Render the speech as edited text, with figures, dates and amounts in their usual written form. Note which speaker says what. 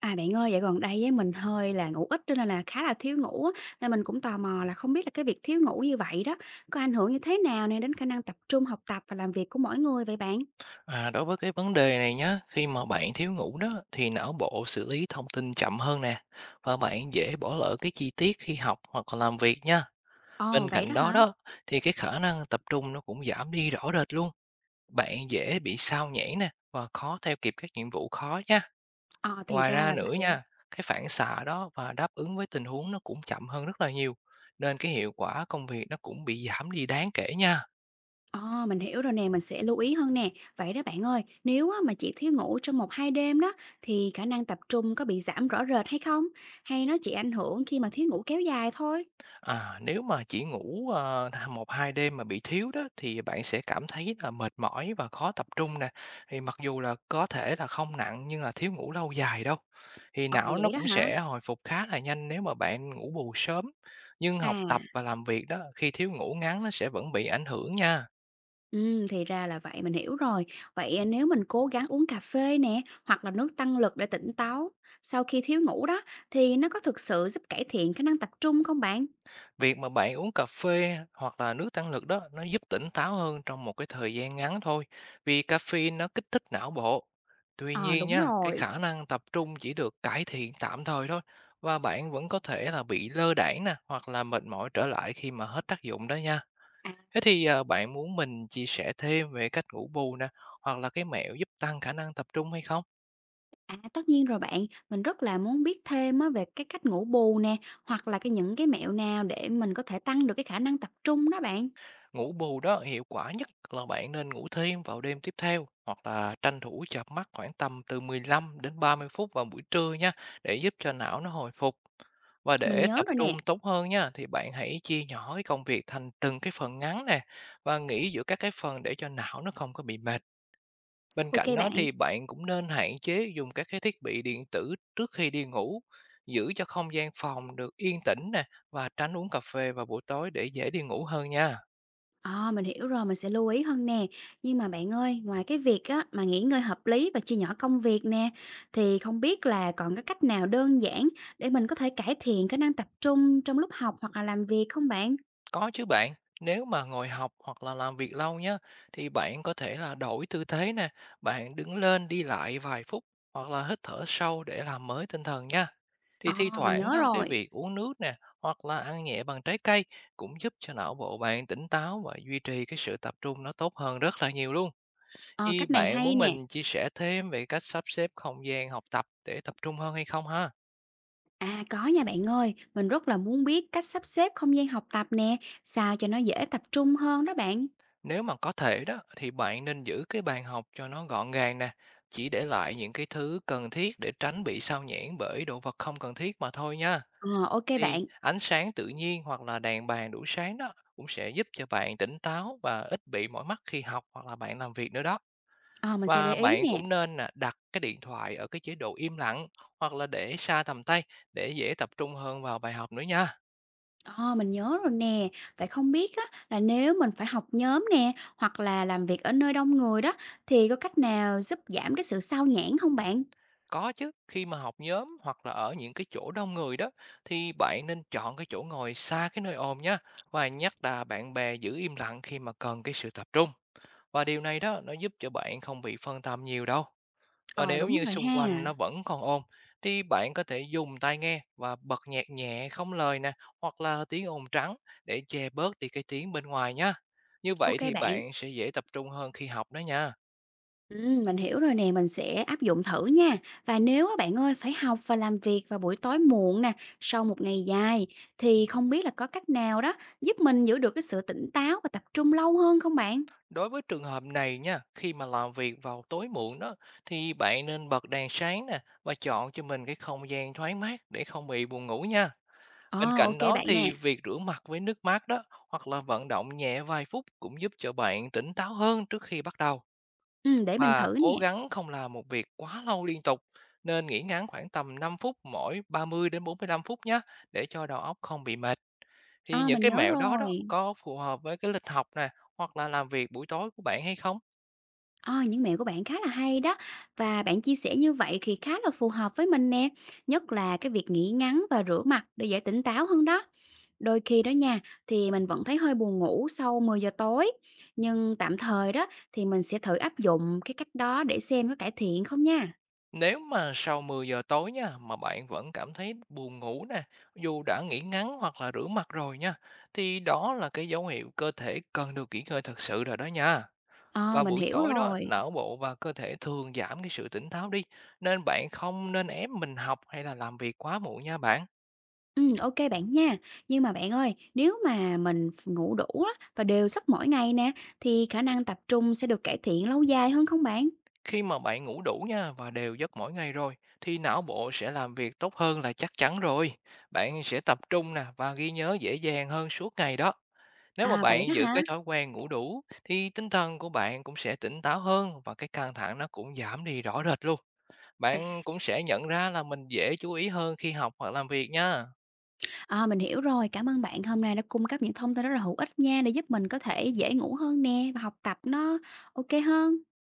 Speaker 1: À, bạn ơi, dạo gần đây với mình hơi là ngủ ít cho nên là khá là thiếu ngủ á, nên mình cũng tò mò là không biết là cái việc thiếu ngủ như vậy đó, có ảnh hưởng như thế nào nè đến khả năng tập trung học tập và làm việc của mỗi người vậy bạn?
Speaker 2: À, đối với cái vấn đề này nhé, khi mà bạn thiếu ngủ đó thì não bộ xử lý thông tin chậm hơn nè và bạn dễ bỏ lỡ cái chi tiết khi học hoặc là làm việc nha.
Speaker 1: Ồ,
Speaker 2: Bên
Speaker 1: vậy đó
Speaker 2: cạnh đó
Speaker 1: hả?
Speaker 2: đó thì cái khả năng tập trung nó cũng giảm đi rõ rệt luôn. Bạn dễ bị sao nhãng nè và khó theo kịp các nhiệm vụ khó nha.
Speaker 1: Ờ, thì
Speaker 2: Ngoài
Speaker 1: ra
Speaker 2: ra
Speaker 1: là
Speaker 2: nữa
Speaker 1: vậy.
Speaker 2: nha, cái phản xạ đó và đáp ứng với tình huống nó cũng chậm hơn rất là nhiều nên cái hiệu quả công việc nó cũng bị giảm đi đáng kể nha.
Speaker 1: Ờ, mình hiểu rồi nè, mình sẽ lưu ý hơn nè. Vậy đó bạn ơi, nếu á, mà chỉ thiếu ngủ trong một hai đêm đó thì khả năng tập trung có bị giảm rõ rệt hay không? Hay nó chỉ ảnh hưởng khi mà thiếu ngủ kéo dài thôi?
Speaker 2: À, nếu mà chỉ ngủ, ờ, th 1-2 đêm mà bị thiếu đó thì bạn sẽ cảm thấy là mệt mỏi và khó tập trung nè. Thì mặc dù là có thể là không nặng nhưng là thiếu ngủ lâu dài đâu. Thì
Speaker 1: Ờ,
Speaker 2: não nó
Speaker 1: vậy đó
Speaker 2: cũng
Speaker 1: hả?
Speaker 2: sẽ hồi phục khá là nhanh nếu mà bạn ngủ bù sớm, nhưng học tập
Speaker 1: À.
Speaker 2: và làm việc đó, khi thiếu ngủ ngắn nó sẽ vẫn bị ảnh hưởng nha.
Speaker 1: Thì ra là vậy, mình hiểu rồi. Vậy, à, nếu mình cố gắng uống cà phê nè, hoặc là nước tăng lực để tỉnh táo sau khi thiếu ngủ đó, thì nó có thực sự giúp cải thiện khả năng tập trung không bạn?
Speaker 2: Việc mà bạn uống cà phê hoặc là nước tăng lực đó, nó giúp tỉnh táo hơn trong một cái thời gian ngắn thôi vì caffeine nó kích thích não bộ. Tuy
Speaker 1: Ờ,
Speaker 2: nhiên
Speaker 1: đúng
Speaker 2: nha, cái
Speaker 1: rồi.
Speaker 2: khả năng tập trung chỉ được cải thiện tạm thời thôi và bạn vẫn có thể là bị lơ đãng nè hoặc là mệt mỏi trở lại khi mà hết tác dụng đó nha.
Speaker 1: À,
Speaker 2: Thế thì, à, bạn muốn mình chia sẻ thêm về cách ngủ bù nè hoặc là cái mẹo giúp tăng khả năng tập trung hay không?
Speaker 1: Tất nhiên rồi bạn, mình rất là muốn biết thêm á về cái cách ngủ bù nè, hoặc là cái những cái mẹo nào để mình có thể tăng được cái khả năng tập trung đó bạn.
Speaker 2: Ngủ bù đó, hiệu quả nhất là bạn nên ngủ thêm vào đêm tiếp theo hoặc là tranh thủ chợp mắt khoảng tầm từ 15 đến 30 phút vào buổi trưa nha, để giúp cho não nó hồi phục. Và
Speaker 1: Mình
Speaker 2: để
Speaker 1: nhớ
Speaker 2: tập
Speaker 1: rồi
Speaker 2: trung
Speaker 1: nè.
Speaker 2: tốt hơn nha, thì bạn hãy chia nhỏ cái công việc thành từng cái phần ngắn nè và nghỉ giữa các cái phần để cho não nó không có bị mệt. Bên
Speaker 1: OK
Speaker 2: cạnh đó
Speaker 1: bạn.
Speaker 2: thì bạn cũng nên hạn chế dùng các cái thiết bị điện tử trước khi đi ngủ, giữ cho không gian phòng được yên tĩnh nè và tránh uống cà phê vào buổi tối để dễ đi ngủ hơn nha.
Speaker 1: À, mình hiểu rồi, mình sẽ lưu ý hơn nè. Nhưng mà bạn ơi, ngoài cái việc á, mà nghỉ ngơi hợp lý và chia nhỏ công việc nè, thì không biết là còn cái cách nào đơn giản để mình có thể cải thiện cái năng tập trung trong lúc học hoặc là làm việc không bạn?
Speaker 2: Có chứ bạn, nếu mà ngồi học hoặc là làm việc lâu nhá, thì bạn có thể là đổi tư thế nè, bạn đứng lên đi lại vài phút hoặc là hít thở sâu để làm mới tinh thần nha. Thì thi
Speaker 1: Ờ, mình
Speaker 2: thoảng
Speaker 1: nhớ
Speaker 2: đó, cái
Speaker 1: rồi.
Speaker 2: việc uống nước nè hoặc là ăn nhẹ bằng trái cây cũng giúp cho não bộ bạn tỉnh táo và duy trì cái sự tập trung nó tốt hơn rất là nhiều luôn.
Speaker 1: Ờ,
Speaker 2: Thì
Speaker 1: cách này
Speaker 2: bạn
Speaker 1: hay
Speaker 2: muốn
Speaker 1: nè.
Speaker 2: mình chia sẻ thêm về cách sắp xếp không gian học tập để tập trung hơn hay không ha?
Speaker 1: À, có nha bạn ơi, mình rất là muốn biết cách sắp xếp không gian học tập nè, sao cho nó dễ tập trung hơn đó bạn.
Speaker 2: Nếu mà có thể đó thì bạn nên giữ cái bàn học cho nó gọn gàng nè, chỉ để lại những cái thứ cần thiết để tránh bị sao nhãng bởi đồ vật không cần thiết mà thôi nha.
Speaker 1: Ờ, OK
Speaker 2: Thì
Speaker 1: bạn.
Speaker 2: ánh sáng tự nhiên hoặc là đèn bàn đủ sáng đó cũng sẽ giúp cho bạn tỉnh táo và ít bị mỏi mắt khi học hoặc là bạn làm việc nữa đó.
Speaker 1: Ờ, mình sẽ để
Speaker 2: Và
Speaker 1: ý
Speaker 2: bạn
Speaker 1: nè.
Speaker 2: cũng nên là đặt cái điện thoại ở cái chế độ im lặng hoặc là để xa tầm tay, để dễ tập trung hơn vào bài học nữa nha.
Speaker 1: Ờ, mình nhớ rồi nè. Vậy không biết á, là nếu mình phải học nhóm nè, hoặc là làm việc ở nơi đông người đó, thì có cách nào giúp giảm cái sự xao nhãng không bạn?
Speaker 2: Có chứ, khi mà học nhóm hoặc là ở những cái chỗ đông người đó thì bạn nên chọn cái chỗ ngồi xa cái nơi ồn nha, và nhắc là bạn bè giữ im lặng khi mà cần cái sự tập trung. Và điều này đó, nó giúp cho bạn không bị phân tâm nhiều đâu. Và
Speaker 1: Ờ,
Speaker 2: nếu
Speaker 1: đúng
Speaker 2: như
Speaker 1: rồi
Speaker 2: xung
Speaker 1: ha.
Speaker 2: quanh nó vẫn còn ồn thì bạn có thể dùng tai nghe và bật nhạc nhẹ không lời nè, hoặc là tiếng ồn trắng để che bớt đi cái tiếng bên ngoài nha. Như vậy
Speaker 1: OK
Speaker 2: thì
Speaker 1: bạn.
Speaker 2: bạn sẽ dễ tập trung hơn khi học đó nha.
Speaker 1: Mình hiểu rồi nè, mình sẽ áp dụng thử nha. Và nếu á bạn ơi, phải học và làm việc vào buổi tối muộn nè, sau một ngày dài, thì không biết là có cách nào đó giúp mình giữ được cái sự tỉnh táo và tập trung lâu hơn không bạn?
Speaker 2: Đối với trường hợp này nha, khi mà làm việc vào tối muộn đó thì bạn nên bật đèn sáng nè và chọn cho mình cái không gian thoáng mát để không bị buồn ngủ nha. Bên
Speaker 1: Ờ,
Speaker 2: cạnh
Speaker 1: OK
Speaker 2: đó
Speaker 1: bạn nè.
Speaker 2: thì việc rửa mặt với nước mát đó hoặc là vận động nhẹ vài phút cũng giúp cho bạn tỉnh táo hơn trước khi bắt đầu,
Speaker 1: Để mình
Speaker 2: và
Speaker 1: thử
Speaker 2: cố
Speaker 1: nè.
Speaker 2: gắng không làm một việc quá lâu liên tục. Nên nghỉ ngắn khoảng tầm 5 phút mỗi 30 đến 45 phút nhé, để cho đầu óc không bị mệt. Thì
Speaker 1: Ờ,
Speaker 2: những
Speaker 1: mình
Speaker 2: cái
Speaker 1: nhớ
Speaker 2: mẹo đó đó
Speaker 1: rồi.
Speaker 2: có phù hợp với cái lịch học nè hoặc là làm việc buổi tối của bạn hay không?
Speaker 1: Ờ, những mẹo của bạn khá là hay đó và bạn chia sẻ như vậy thì khá là phù hợp với mình nè, nhất là cái việc nghỉ ngắn và rửa mặt để dễ tỉnh táo hơn đó. Đôi khi đó nha, thì mình vẫn thấy hơi buồn ngủ sau 10 giờ tối, nhưng tạm thời đó thì mình sẽ thử áp dụng cái cách đó để xem có cải thiện không nha.
Speaker 2: Nếu mà sau 10 giờ tối nha, mà bạn vẫn cảm thấy buồn ngủ nè, dù đã nghỉ ngắn hoặc là rửa mặt rồi nha, thì đó là cái dấu hiệu cơ thể cần được nghỉ ngơi thật sự rồi đó nha.
Speaker 1: Ờ,
Speaker 2: Và
Speaker 1: mình
Speaker 2: buổi
Speaker 1: hiểu
Speaker 2: tối đó,
Speaker 1: rồi.
Speaker 2: não bộ và cơ thể thường giảm cái sự tỉnh táo đi, nên bạn không nên ép mình học hay là làm việc quá muộn nha bạn.
Speaker 1: Ừ, OK bạn nha. Nhưng mà bạn ơi, nếu mà mình ngủ đủ á, và đều giấc mỗi ngày nè, thì khả năng tập trung sẽ được cải thiện lâu dài hơn không bạn?
Speaker 2: Khi mà bạn ngủ đủ nha và đều giấc mỗi ngày rồi, thì não bộ sẽ làm việc tốt hơn là chắc chắn rồi. Bạn sẽ tập trung nè và ghi nhớ dễ dàng hơn suốt ngày đó. Nếu mà
Speaker 1: À vậy
Speaker 2: bạn
Speaker 1: đó
Speaker 2: giữ
Speaker 1: hả?
Speaker 2: cái thói quen ngủ đủ thì tinh thần của bạn cũng sẽ tỉnh táo hơn và cái căng thẳng nó cũng giảm đi rõ rệt luôn. Bạn cũng sẽ nhận ra là mình dễ chú ý hơn khi học hoặc làm việc nha.
Speaker 1: À, mình hiểu rồi. Cảm ơn bạn hôm nay đã cung cấp những thông tin rất là hữu ích nha, để giúp mình có thể dễ ngủ hơn nè và học tập nó OK hơn.